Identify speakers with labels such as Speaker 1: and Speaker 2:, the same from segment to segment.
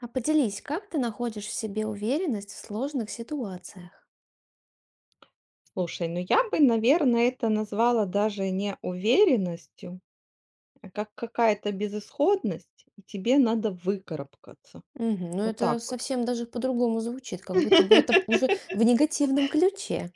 Speaker 1: А поделись, как ты находишь в себе уверенность в сложных ситуациях?
Speaker 2: Слушай, ну я бы, наверное, это назвала даже не уверенностью, а как какая-то безысходность, и тебе надо выкарабкаться.
Speaker 1: Мгм. Ну,
Speaker 2: Вот
Speaker 1: это
Speaker 2: так вот.
Speaker 1: совсем даже по-другому звучит, как будто бы это уже в негативном ключе.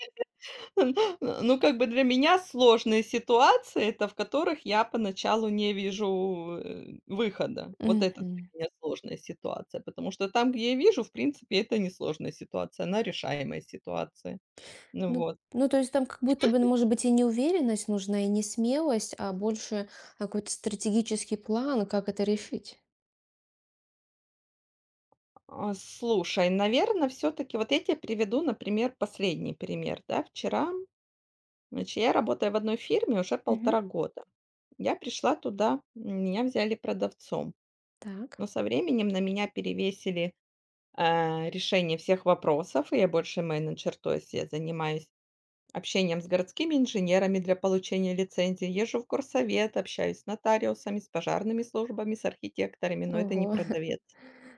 Speaker 2: Ну, как бы для меня сложные ситуации, это в которых я поначалу не вижу выхода. Вот это
Speaker 1: Мгм.
Speaker 2: для меня сложная ситуация, потому что там, где я вижу, в принципе, это не сложная ситуация, она решаемая ситуация. Ну
Speaker 1: Ну,
Speaker 2: вот.
Speaker 1: ну, то есть там как будто бы, ну, может быть, и неуверенность нужна, и не смелость, а больше какой-то стратегический план, как это решить.
Speaker 2: А, слушай, наверное, все таки вот я тебе приведу, например, последний пример, да. Вчера, значит, я работаю в одной фирме уже
Speaker 1: Мгм.
Speaker 2: 1,5 года. Я пришла туда, меня взяли продавцом,
Speaker 1: Так.
Speaker 2: но со временем на меня перевесили, решение всех вопросов, и я больше менеджер. То есть я занимаюсь общением с городскими инженерами для получения лицензии, езжу в горсовет, общаюсь с нотариусами, с пожарными службами, с архитекторами, но это не
Speaker 1: Ого.
Speaker 2: продавец.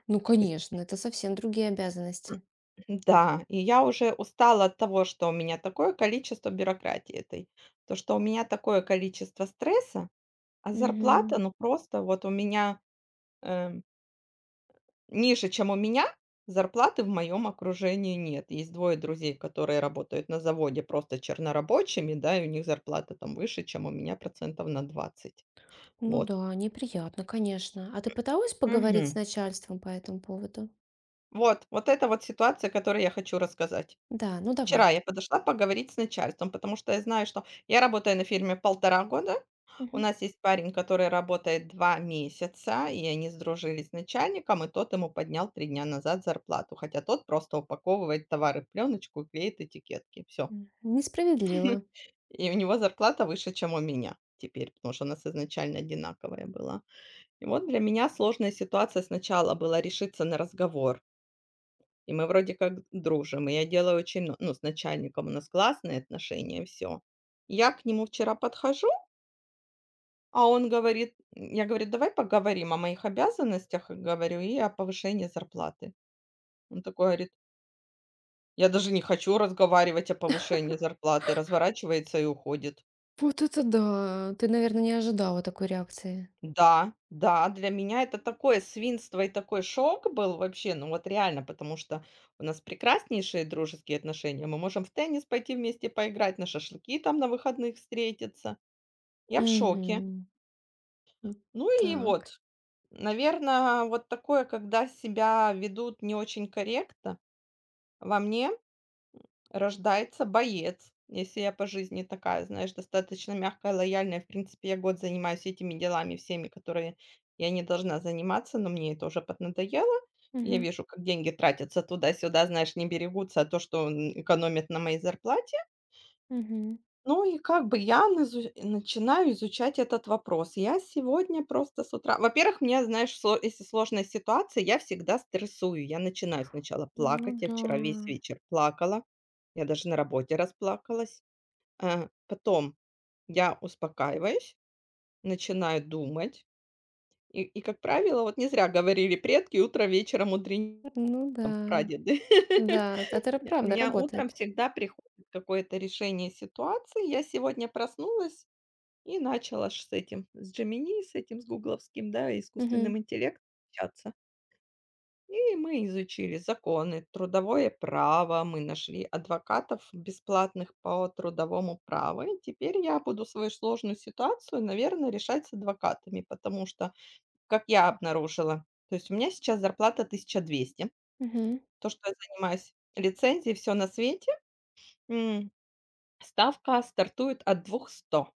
Speaker 1: Ну, конечно, это совсем другие обязанности.
Speaker 2: Да, и я уже устала от того, что у меня такое количество бюрократии этой, то, что у меня такое количество стресса, а
Speaker 1: Мгм.
Speaker 2: зарплата, ну просто вот у меня э, ниже, чем у меня, зарплаты в моем окружении нет. Есть двое друзей, которые работают на заводе просто чернорабочими, да, и у них зарплата там выше, чем у меня на 20%.
Speaker 1: Ну
Speaker 2: Вот.
Speaker 1: да, неприятно, конечно. А ты пыталась поговорить с
Speaker 2: Мгм.
Speaker 1: начальством по этому поводу?
Speaker 2: Вот, вот это вот ситуация, которую я хочу рассказать.
Speaker 1: Да, ну
Speaker 2: Вчера
Speaker 1: давай.
Speaker 2: я подошла поговорить с начальством, потому что я знаю, что я работаю на фирме 1,5 года. У
Speaker 1: Мгм.
Speaker 2: нас есть парень, который работает 2 месяца, и они сдружились с начальником, и тот ему поднял 3 дня назад зарплату, хотя тот просто упаковывает товары в пленочку и клеит этикетки. Все.
Speaker 1: М, несправедливо.
Speaker 2: И у него зарплата выше, чем у меня теперь, потому что у нас изначально одинаковая была. И вот для меня сложная ситуация сначала была решиться на разговор. И мы вроде как дружим. И я делаю очень мно ну, с начальником у нас классные отношения, все. Я к нему вчера подхожу, а он говорит я говорю: "Давай поговорим о моих обязанностях", говорю, "и о повышении зарплаты". Он такой говорит: "Я даже не хочу разговаривать о повышении зарплаты". Разворачивается и уходит.
Speaker 1: Вот это да. Ты, наверное, не ожидала такой реакции.
Speaker 2: Да, да, для меня это такое свинство и такой шок был вообще, ну вот реально, потому что у нас прекраснейшие дружеские отношения. Мы можем в теннис пойти вместе поиграть, на шашлыки там на выходных встретиться. Я в шоке.
Speaker 1: Угу.
Speaker 2: Ну и
Speaker 1: Так.
Speaker 2: вот, наверное, вот такое, когда себя ведут не очень корректно, во мне рождается боец. Если я по жизни такая, знаешь, достаточно мягкая, лояльная. В принципе, я год занимаюсь этими делами всеми, которые я не должна заниматься, но мне это уже поднадоело. Я
Speaker 1: Мгм.
Speaker 2: вижу, как деньги тратятся туда-сюда, знаешь, не берегутся, а то, что экономят на моей зарплате.
Speaker 1: Мгм.
Speaker 2: Ну и как бы я назу начинаю изучать этот вопрос. Я сегодня просто с утра во-первых, мне, знаешь, сло если сложная ситуация, я всегда стрессую. Я начинаю сначала
Speaker 1: Ну
Speaker 2: плакать. Я
Speaker 1: да.
Speaker 2: вчера весь вечер плакала. Я даже на работе расплакалась. Потом я успокаиваюсь, начинаю думать. И, как правило, вот не зря говорили предки: "Утро вечера мудренее",
Speaker 1: Ну
Speaker 2: там
Speaker 1: да.
Speaker 2: прадеды.
Speaker 1: Да, это
Speaker 2: У
Speaker 1: правда
Speaker 2: меня утром
Speaker 1: работает.
Speaker 2: всегда приходит какое-то решение ситуации. Я сегодня проснулась и начала ш с этим, с Gemini, с этим, с гугловским, да,
Speaker 1: Угу.
Speaker 2: искусственным интеллектом общаться. И мы изучили законы, трудовое право, мы нашли адвокатов бесплатных по трудовому праву. И теперь я буду свою сложную ситуацию, наверное решать с адвокатами, потому что, как я обнаружила, то есть у меня сейчас зарплата 1200.
Speaker 1: Угу.
Speaker 2: То, что я занимаюсь лицензией, все на свете, м, ставка стартует от 200,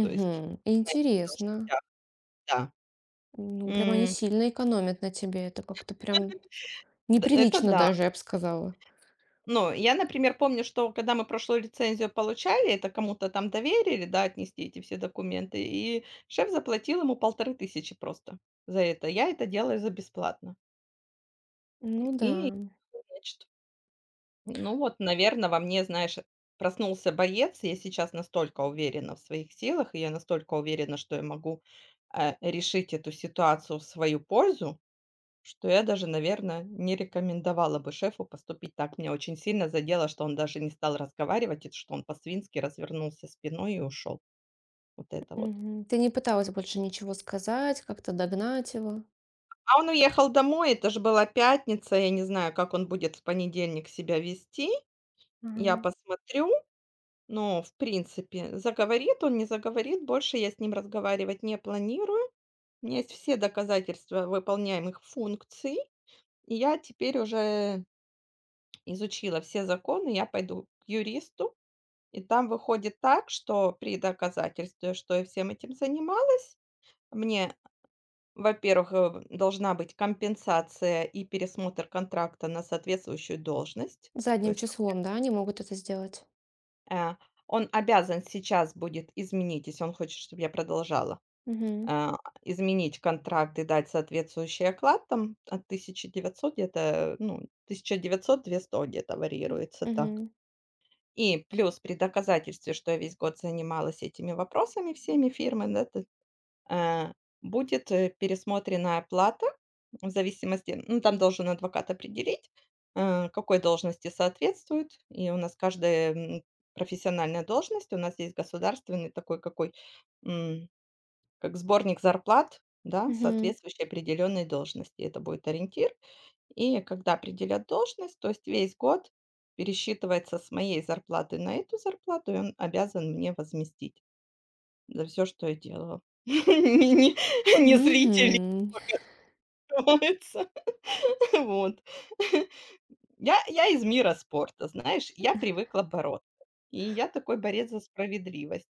Speaker 2: то есть на этих
Speaker 1: Интересно.
Speaker 2: должностях, да.
Speaker 1: Ну, прям они
Speaker 2: М.
Speaker 1: сильно экономят на тебе. Это как-то прям
Speaker 2: Д Это
Speaker 1: неприлично
Speaker 2: да.
Speaker 1: даже, я бы сказала.
Speaker 2: Но я, например, помню, что когда мы прошлую лицензию получали, это кому-то там доверили, да, отнести эти все документы, и шеф заплатил ему 1500 просто за это. Я это делаю за бесплатно.
Speaker 1: Ну да.
Speaker 2: И, значит, ну вот, наверное, во мне, знаешь, проснулся боец. Я сейчас настолько уверена в своих силах, и я настолько уверена, что я могу решить эту ситуацию в свою пользу. Что я даже, наверное, не рекомендовала бы шефу поступить так. Меня очень сильно задело, что он даже не стал разговаривать, и что он по-свински развернулся спиной и ушел. Вот это вот.
Speaker 1: Мгм. Ты не пыталась больше ничего сказать, как-то догнать его?
Speaker 2: А он уехал домой, это же была пятница. Я не знаю, как он будет в понедельник себя вести. Я посмотрю, но, в принципе, заговорит он, не заговорит, больше я с ним разговаривать не планирую. У меня есть все доказательства выполняемых функций, и я теперь уже изучила все законы. Я пойду к юристу. И там выходит так, что при доказательстве, что я всем этим занималась, мне, во-первых, должна быть компенсация и пересмотр контракта на соответствующую должность. То
Speaker 1: Задним
Speaker 2: есть,
Speaker 1: числом, да, они могут это сделать?
Speaker 2: э, он обязан сейчас будет изменить, если он хочет, чтобы я продолжала,
Speaker 1: Мгм.
Speaker 2: э, изменить контракт и дать соответствующий оклад там от 1900 где-то, ну, 1900 200 где-то
Speaker 1: М,
Speaker 2: варьируется, да.
Speaker 1: мгм,
Speaker 2: И плюс при доказательстве, что я весь год занималась этими вопросами всеми фирмы, да, э, будет, пересмотренная оплата в зависимости ну, там должен адвокат определить, какой должности соответствует. И у нас каждая, профессиональная должность, у нас есть государственный такой, какой, м, как сборник зарплат, да,
Speaker 1: мгм,
Speaker 2: соответствующей определенной должности. Это будет ориентир. И когда определят должность, то есть весь год пересчитывается с моей зарплаты на эту зарплату, и он обязан мне возместить за все, что я делала. Не зрители
Speaker 1: мгм.
Speaker 2: показываются. Вот. Я из мира спорта, знаешь, я привыкла бороться. И я такой борец за справедливость.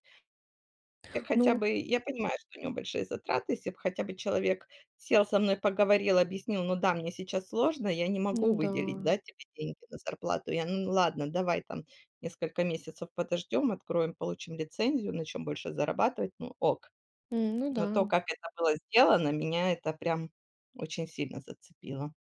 Speaker 2: Я хотя
Speaker 1: Ну
Speaker 2: бы я понимаю, что у него большие затраты. Если б хотя бы человек сел со мной, поговорил, объяснил: "Ну да, мне сейчас сложно, я не
Speaker 1: ну
Speaker 2: могу
Speaker 1: да.
Speaker 2: выделить, да, тебе деньги на зарплату". Я: "Ну ладно, давай там несколько месяцев подождем, откроем, получим лицензию, начнем больше зарабатывать". Ну ок.
Speaker 1: М, ну да.
Speaker 2: Но то, как это было сделано, меня это прям очень сильно зацепило.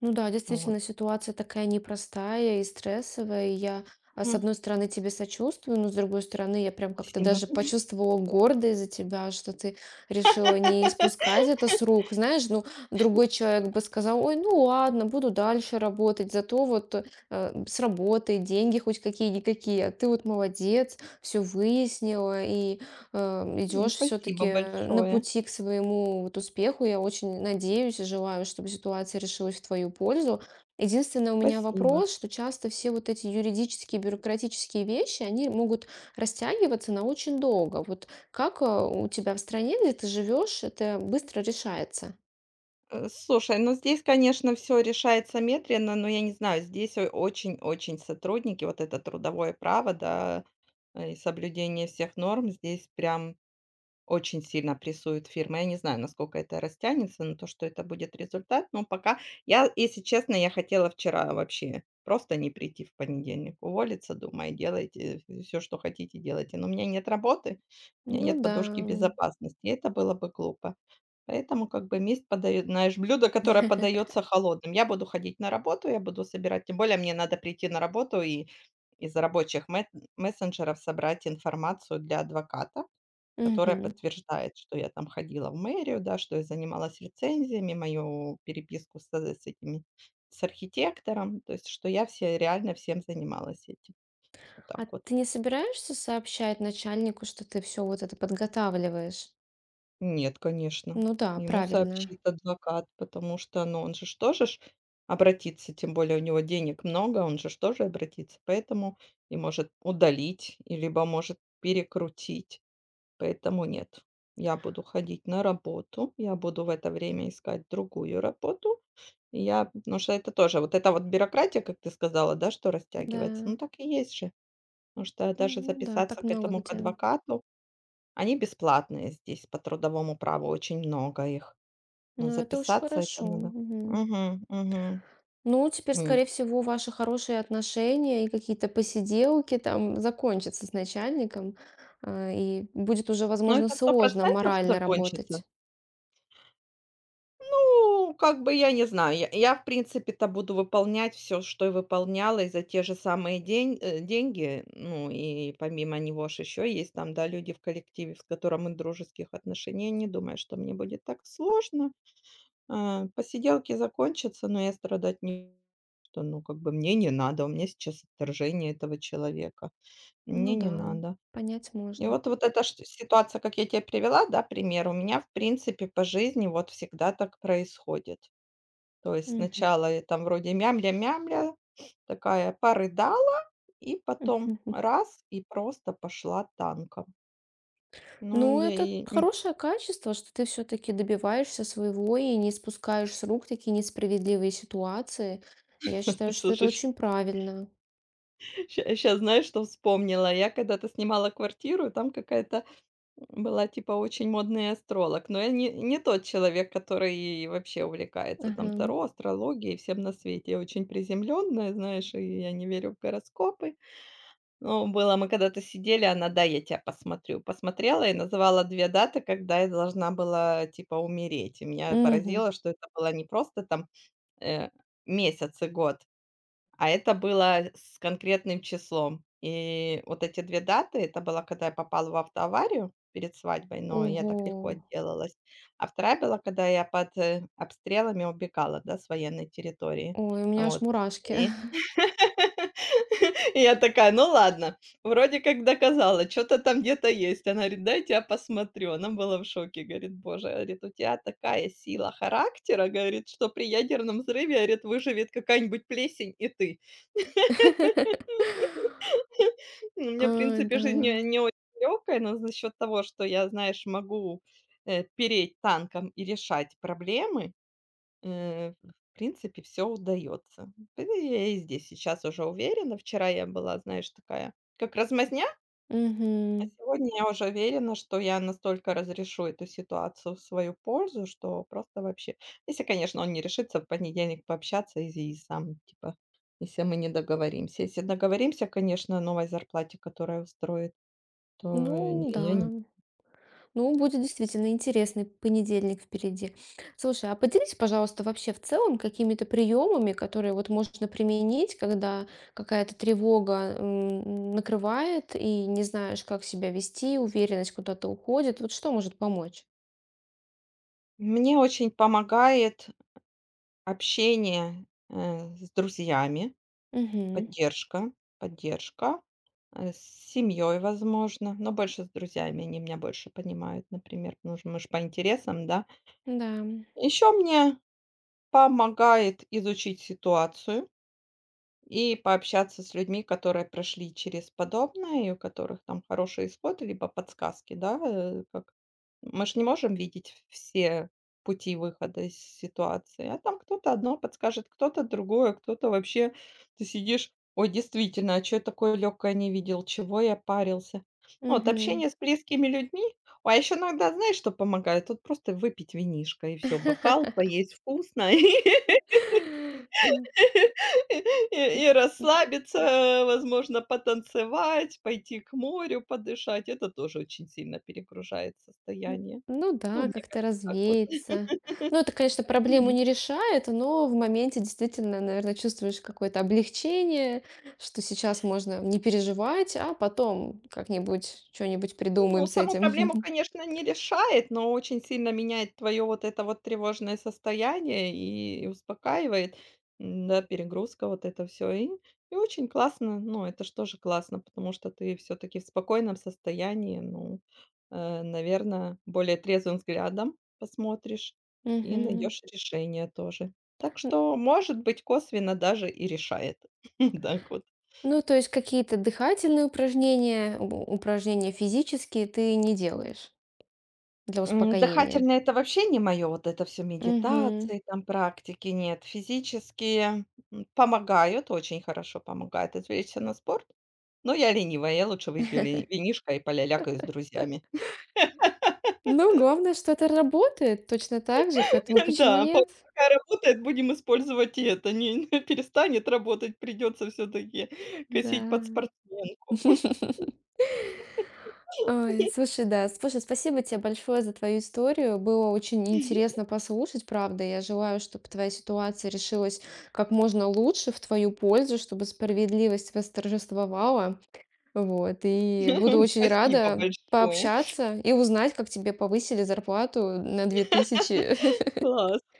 Speaker 1: Ну да,
Speaker 2: Вот.
Speaker 1: действительно, ситуация такая непростая и стрессовая. Я, с
Speaker 2: М.
Speaker 1: одной стороны, тебе сочувствую, но с другой стороны, я прям как-то
Speaker 2: Спасибо.
Speaker 1: даже почувствовала гордость за тебя, что ты решила не испускать это с рук. Знаешь, ну, другой человек бы сказал: ой, ну ладно, буду дальше работать, зато вот с работой деньги хоть какие-никакие. А ты вот молодец, все выяснила, и идешь
Speaker 2: Спасибо
Speaker 1: все-таки на
Speaker 2: большое.
Speaker 1: пути к своему вот успеху. Я очень надеюсь и желаю, чтобы ситуация решилась в твою пользу. Единственное, у меня
Speaker 2: Спасибо.
Speaker 1: вопрос, что часто все вот эти юридические, бюрократические вещи, они могут растягиваться на очень долго. Вот как у тебя в стране, где ты живешь, это быстро решается?
Speaker 2: Слушай, ну здесь, конечно, все решается медленно, но я не знаю, здесь о очень-очень сотрудники, вот это трудовое право, да, и соблюдение всех норм здесь прям очень сильно прессует фирма. Я не знаю, насколько это растянется, на то, что это будет результат, но пока я, если честно, я хотела вчера вообще просто не прийти в понедельник, уволиться дома и делайте все, что хотите, делайте. Но у меня нет работы, у меня
Speaker 1: Ну
Speaker 2: нет
Speaker 1: да.
Speaker 2: подушки безопасности, и это было бы глупо. Поэтому как бы месть подает знаешь, блюдо, которое подается холодным. Я буду ходить на работу, я буду собирать, тем более мне надо прийти на работу и из рабочих мет мессенджеров собрать информацию для адвоката которая
Speaker 1: Мгм.
Speaker 2: подтверждает, что я там ходила в мэрию, да, что я занималась рецензиями, мою переписку с этими, с архитектором, то есть что я все реально всем занималась этим. Вот так
Speaker 1: А
Speaker 2: вот.
Speaker 1: ты не собираешься сообщать начальнику, что ты все вот это подготавливаешь?
Speaker 2: Нет, конечно.
Speaker 1: Ну да,
Speaker 2: Ему
Speaker 1: правильно.
Speaker 2: сообщит адвокат, потому что, ну, он же ж тоже ж обратится, тем более у него денег много, он же ж тоже обратится, поэтому и может удалить, и либо может перекрутить. Поэтому нет. Я буду ходить на работу, я буду в это время искать другую работу. И я потому что это тоже вот эта вот бюрократия, как ты сказала, да, что растягивается. Ну,
Speaker 1: Да.
Speaker 2: так и есть же. Потому что даже
Speaker 1: Ну да, так
Speaker 2: записаться к
Speaker 1: много
Speaker 2: этому к
Speaker 1: где.
Speaker 2: адвокату, они бесплатные здесь по трудовому праву, очень много их. Но
Speaker 1: Ну, это очень
Speaker 2: записаться это
Speaker 1: хорошо.
Speaker 2: надо.
Speaker 1: Мгм.
Speaker 2: Угу, угу.
Speaker 1: Ну, теперь,
Speaker 2: М.
Speaker 1: скорее всего, ваши хорошие отношения и какие-то посиделки там закончатся с начальником, и будет уже,
Speaker 2: Но
Speaker 1: возможно,
Speaker 2: это сто
Speaker 1: сложно
Speaker 2: процентов
Speaker 1: морально
Speaker 2: закончится.
Speaker 1: работать.
Speaker 2: Ну, как бы я не знаю. Я, в принципе-то, буду выполнять все, что и выполняла, и за те же самые деньги. Ну, и помимо него ж еще есть там, да, люди в коллективе, с которым мы дружеских отношений. Я не думаю, что мне будет так сложно. А, посиделки закончатся, но я страдать не что, ну, как бы мне не надо, у меня сейчас отторжение этого человека,
Speaker 1: Ну
Speaker 2: мне не
Speaker 1: да,
Speaker 2: надо.
Speaker 1: понять
Speaker 2: И
Speaker 1: можно.
Speaker 2: вот эта шт ситуация, как я те привела, да, пример, у меня, в принципе, по жизни вот всегда так происходит. То есть
Speaker 1: Мгм.
Speaker 2: сначала я там вроде мямля-мямля, такая порыдала, и потом и просто пошла танком. Ну,
Speaker 1: Ну,
Speaker 2: я
Speaker 1: это
Speaker 2: и
Speaker 1: хорошее качество, что ты все-таки добиваешься своего и не спускаешь с рук такие несправедливые ситуации. Я считаю, что это
Speaker 2: слушай,
Speaker 1: очень правильно.
Speaker 2: ща знаешь, что вспомнила? Я когда-то снимала квартиру, там какая-то была типа очень модный астролог, но я не тот человек, который вообще увлекается там
Speaker 1: Ага.
Speaker 2: таро, астрологией всем на свете. Я очень приземленная, знаешь, и я не верю в гороскопы. Ну, было, мы когда-то сидели, она: да, я тебя посмотрю". Посмотрела и назвала 2 даты, когда я должна была, типа, умереть. И меня
Speaker 1: Мгм.
Speaker 2: поразило, что это было не просто там, э, месяц и год, а это было с конкретным числом. И вот эти 2 даты- это была, когда я попала в автоаварию перед свадьбой, но я
Speaker 1: Ого.
Speaker 2: так легко отделалась. А вторая была, когда я под обстрелами убегала, да, с военной территории.
Speaker 1: Ой, у меня аж
Speaker 2: Вот.
Speaker 1: мурашки.
Speaker 2: И И я такая: "Ну ладно, вроде как доказала, что то там где-то есть". Она говорит: дайте я посмотрю". Она была в шоке, говорит: "Боже", говорит, "у тебя такая сила характера", говорит, "что при ядерном взрыве, говорит, выживет какая-нибудь плесень и ты". Ну, у меня, в
Speaker 1: А,
Speaker 2: принципе,
Speaker 1: да.
Speaker 2: жизнь не очень легкая, но за счет того, что я, знаешь, могу переть танком и решать проблемы. В принципе, все удается я и здесь сейчас уже уверена. Вчера я была, знаешь, такая, как размазня, а
Speaker 1: Мгм.
Speaker 2: сегодня я уже уверена, что я настолько разрешу эту ситуацию в свою пользу, что просто вообще Если, конечно, он не решится в понедельник пообщаться и сам, типа, если мы не договоримся. Если договоримся, конечно, о новой зарплате, которая устроит, то
Speaker 1: Ну да.
Speaker 2: не я не
Speaker 1: Ну, будет действительно интересный понедельник впереди. Слушай, а поделись, пожалуйста, вообще в целом какими-то приемами, которые вот можно применить, когда какая-то тревога накрывает и не знаешь, как себя вести, уверенность куда-то уходит. Вот что может помочь?
Speaker 2: Мне очень помогает общение с друзьями.
Speaker 1: Угу.
Speaker 2: Поддержка, поддержка с семьей, возможно, но больше с друзьями. Они меня больше понимают, например, потому что мы же по интересам, да.
Speaker 1: Да.
Speaker 2: Еще мне помогает изучить ситуацию. И пообщаться с людьми, которые прошли через подобное, и у которых там хороший исход, либо подсказки, да, как мы ж не можем видеть все пути выхода из ситуации, а там кто-то одно подскажет, кто-то другое, кто-то вообще ты сидишь: "Ой, действительно, а что я такое легкое? Не видел, чего я парился?" Вот
Speaker 1: Угу.
Speaker 2: общение с близкими людьми. А еще иногда знаешь, что помогает? Тут просто выпить винишко и все, бокал, поесть вкусно. И расслабиться, возможно, потанцевать, пойти к морю подышать. Это тоже очень сильно перегружает
Speaker 1: М,
Speaker 2: состояние.
Speaker 1: ну
Speaker 2: Ну,
Speaker 1: да,
Speaker 2: мне
Speaker 1: как-то
Speaker 2: кажется, так вот.
Speaker 1: развеяться. Ну, это, конечно, проблему не решает, но в моменте действительно, наверное, чувствуешь какое-то облегчение, что сейчас можно не переживать, а потом как-нибудь что-нибудь придумаем
Speaker 2: Ну,
Speaker 1: с
Speaker 2: саму
Speaker 1: этим.
Speaker 2: проблему, конечно, не решает, но очень сильно меняет твое вот это вот тревожное состояние и успокаивает. Да, перегрузка, вот это все. И очень классно. Ну, это ж тоже классно, потому что ты все таки в спокойном состоянии, ну, наверное, более трезвым взглядом посмотришь и
Speaker 1: Мгм.
Speaker 2: найдешь решение тоже. Так что, может быть, косвенно даже и решает. Так вот.
Speaker 1: Ну, то есть какие-то дыхательные упражнения, упражнения физические ты не делаешь для успокоения?
Speaker 2: Дыхательные- это вообще не мое, вот это все
Speaker 1: Мгм.
Speaker 2: медитации, там практики, нет. Физические, помогают, очень хорошо помогает отвлечься на спорт, но я ленивая, я лучше выпью ле винишко и полялякаю с друзьями.
Speaker 1: Ну, главное, что это работает точно так же, поэтому почему
Speaker 2: Да, по
Speaker 1: нет?
Speaker 2: пока работает, будем использовать и это. Не перестанет работать, придется все таки косить
Speaker 1: Да.
Speaker 2: под спортсменку.
Speaker 1: Ой, слушай, да, слушай, спасибо тебе большое за твою историю. Было очень интересно послушать, правда. Я желаю, чтобы твоя ситуация решилась как можно лучше в твою пользу, чтобы справедливость восторжествовала. Вот. И буду очень
Speaker 2: Спасибо
Speaker 1: рада
Speaker 2: большое.
Speaker 1: пообщаться и узнать, как тебе повысили зарплату на 2000.
Speaker 2: Класс.